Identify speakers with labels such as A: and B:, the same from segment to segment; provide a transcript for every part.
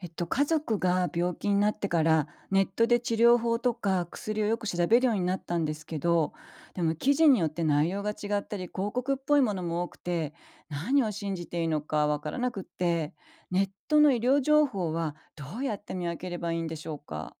A: 家族が病気になってからネットで治療法とか薬をよく調べるようになったんですけど、でも記事によって内容が違ったり広告っぽいものも多くて、何を信じていいのかわからなくって、ネットの医療情報はどうやって見分ければいいんでしょうか？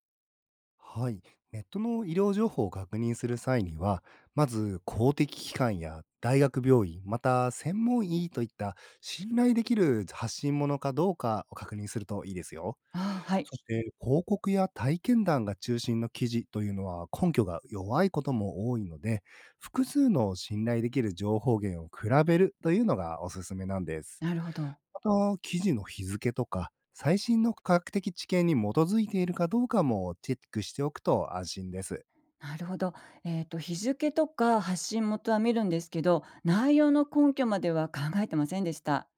B: はい。ネットの医療情報を確認する際には、まず公的機関や大学病院、また専門医といった信頼できる発信者かどうかを確認するといいですよ。
A: ああ、はい。
B: そして、広告や体験談が中心の記事というのは根拠が弱いことも多いので、複数の信頼できる情報源を比べるというのがおすすめなんです。
A: なるほど。
B: また、記事の日付とか、最新の科学的知見に基づいているかどうかもチェックしておくと安心です。
A: なるほど、日付とか発信元は見るんですけど内容の根拠までは考えてませんでした。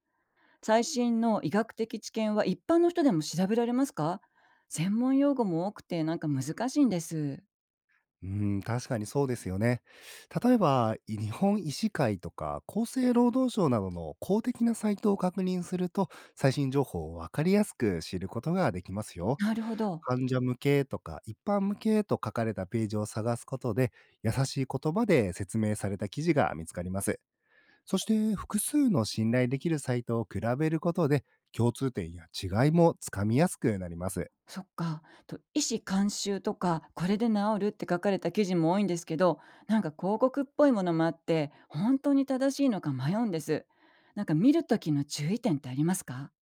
A: 最新の医学的知見は一般の人でも調べられますか？専門用語も多くてなんか難しいんです。
B: うん、確かにそうですよね。例えば、日本医師会とか厚生労働省などの公的なサイトを確認すると、最新情報をわかりやすく知ることができますよ。
A: なるほど。
B: 患者向けとか一般向けと書かれたページを探すことで、優しい言葉で説明された記事が見つかります。そして複数の信頼できるサイトを比べることで、共通点や違いもつかみやすくなります。
A: そっか。と、医師監修とかこれで治るって書かれた記事も多いんですけど、なんか広告っぽいものもあって本当に正しいのか迷うんです。なんか見るときの注意点ってありますか？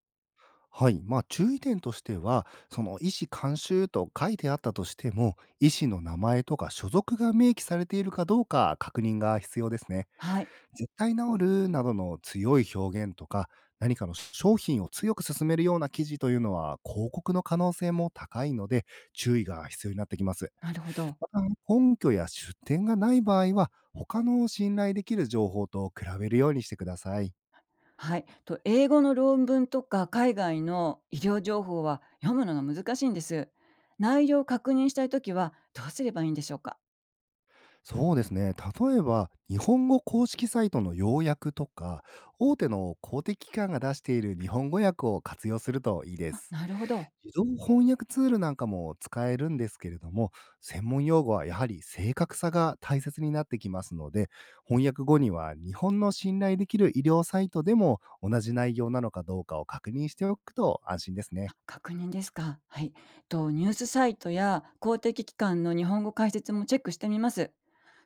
B: はい。まあ、注意点としては、その医師監修と書いてあったとしても、医師の名前とか所属が明記されているかどうか確認が必要ですね。
A: はい。
B: 絶対治るなどの強い表現とか、何かの商品を強く勧めるような記事というのは広告の可能性も高いので、注意が必要になってきます。
A: なるほど。
B: また、根拠や出典がない場合は、他の信頼できる情報と比べるようにしてください。
A: はい、と、英語の論文とか海外の医療情報は読むのが難しいんです。内容を確認したいときはどうすればいいんでしょうか？
B: そうですね。例えば、日本語公式サイトの要約とか、大手の公的機関が出している日本語訳を活用するといいで
A: あ、
B: す。
A: なるほど。
B: 自動翻訳ツールなんかも使えるんですけれども、専門用語はやはり正確さが大切になってきますので、翻訳後には日本の信頼できる医療サイトでも同じ内容なのかどうかを確認しておくと安心ですね。
A: あ、確認ですか。はい。と、ニュースサイトや公的機関の日本語解説もチェックしてみます。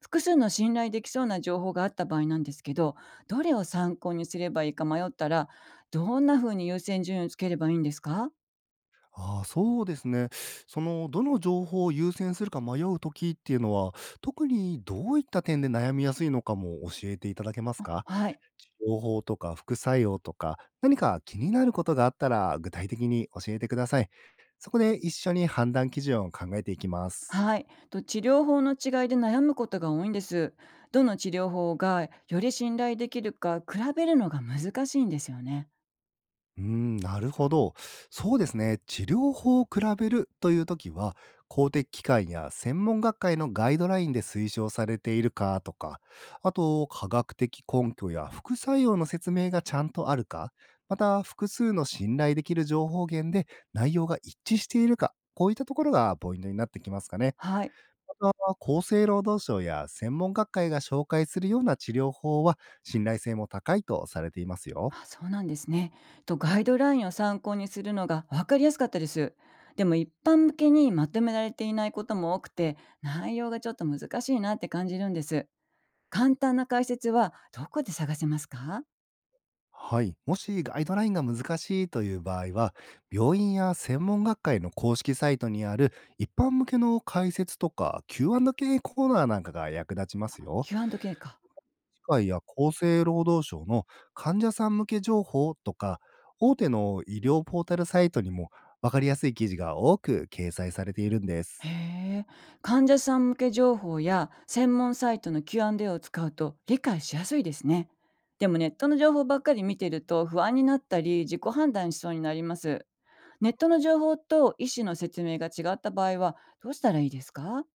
A: 複数の信頼できそうな情報があった場合なんですけど、どれを参考にすればいいか迷ったら、どんな風に優先順位をつければいいんですか？
B: ああ、そうですね。その、どの情報を優先するか迷うときっていうのは、特にどういった点で悩みやすいのかも教えていただけますか？
A: はい。
B: 情報とか副作用とか、何か気になることがあったら具体的に教えてください。そこで一緒に判断基準を考えていきます。
A: はい、と、治療法の違いで悩むことが多いんです。どの治療法がより信頼できるか比べるのが難しいんですよね。
B: うーん、なるほど。そうですね。治療法を比べるというときは、公的機関や専門学会のガイドラインで推奨されているかとか、あと、科学的根拠や副作用の説明がちゃんとあるか、また、複数の信頼できる情報源で内容が一致しているか、こういったところがポイントになってきますかね。
A: はい、
B: また、厚生労働省や専門学会が紹介するような治療法は、信頼性も高いとされていますよ。
A: あ、そうなんですね。と、ガイドラインを参考にするのが分かりやすかったです。でも一般向けにまとめられていないことも多くて内容がちょっと難しいなって感じるんです。簡単な解説はどこで探せますか？
B: はい。もしガイドラインが難しいという場合は、病院や専門学会の公式サイトにある一般向けの解説とか Q&A コーナーなんかが役立ちますよ。
A: Q&K か。
B: 機械や厚生労働省の患者さん向け情報とか、大手の医療ポータルサイトにも分かりやすい記事が多く掲載されているんで
A: へ
B: す。
A: え、患者さん向け情報や専門サイトの Q&A を使うと理解しやすいですね。でもネットの情報ばっかり見てると不安になったり自己判断しそうになります。ネットの情報と医師の説明が違った場合はどうしたらいいですか？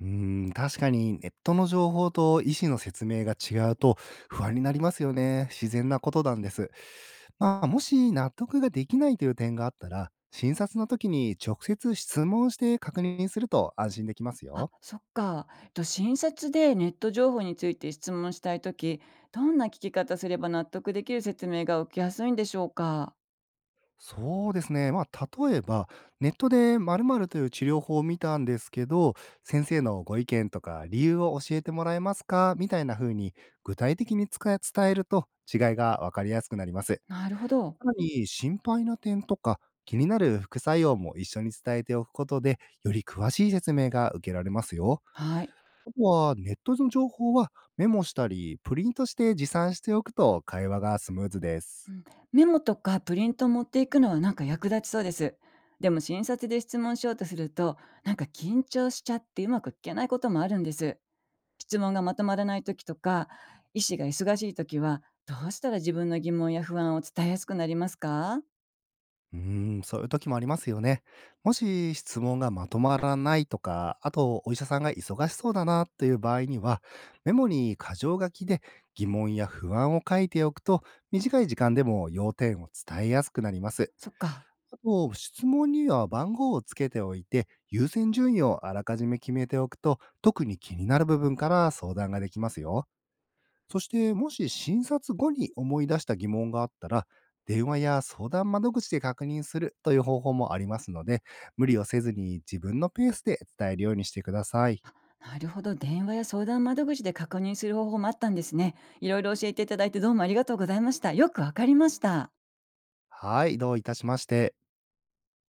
B: うーん、確かにネットの情報と医師の説明が違うと、不安になりますよね。自然なことなんです。まあ、もし納得ができないという点があったら、診察の時に直接質問して確認すると安心できます
A: あ、
B: よ。
A: そっか。診察でネット情報について質問したいとき、どんな聞き方すれば納得できる説明が受けやすいんでしょうか？
B: そうですね。まあ、例えば、ネットで〇〇という治療法を見たんですけど、先生のご意見とか理由を教えてもらえますか、みたいな風に具体的に伝えると違いがわかりやすくなります。
A: なるほど。
B: さらに、心配な点とか、気になる副作用も一緒に伝えておくことで、より詳しい説明が受けられますよ。
A: はい。
B: あとは、ネットの情報はメモしたり、プリントして持参しておくと会話がスムーズです。
A: メモとかプリントを持っていくのはなんか役立ちそうです。でも診察で質問しようとすると、なんか緊張しちゃってうまく聞けないこともあるんです。質問がまとまらない時とか、医師が忙しい時は、どうしたら自分の疑問や不安を伝えやすくなりますか？
B: うーん、そういう時もありますよね。もし質問がまとまらないとか、あとお医者さんが忙しそうだなという場合には、メモに箇条書きで疑問や不安を書いておくと、短い時間でも要点を伝えやすくなります。
A: そっか。
B: あと、質問には番号をつけておいて、優先順位をあらかじめ決めておくと、特に気になる部分から相談ができますよ。そして、もし診察後に思い出した疑問があったら、電話や相談窓口で確認するという方法もありますので、無理をせずに自分のペースで伝えるようにしてください。
A: なるほど。電話や相談窓口で確認する方法もあったんですね。いろいろ教えていただいてどうもありがとうございました。よくわかりました。
B: はい、どういたしまして。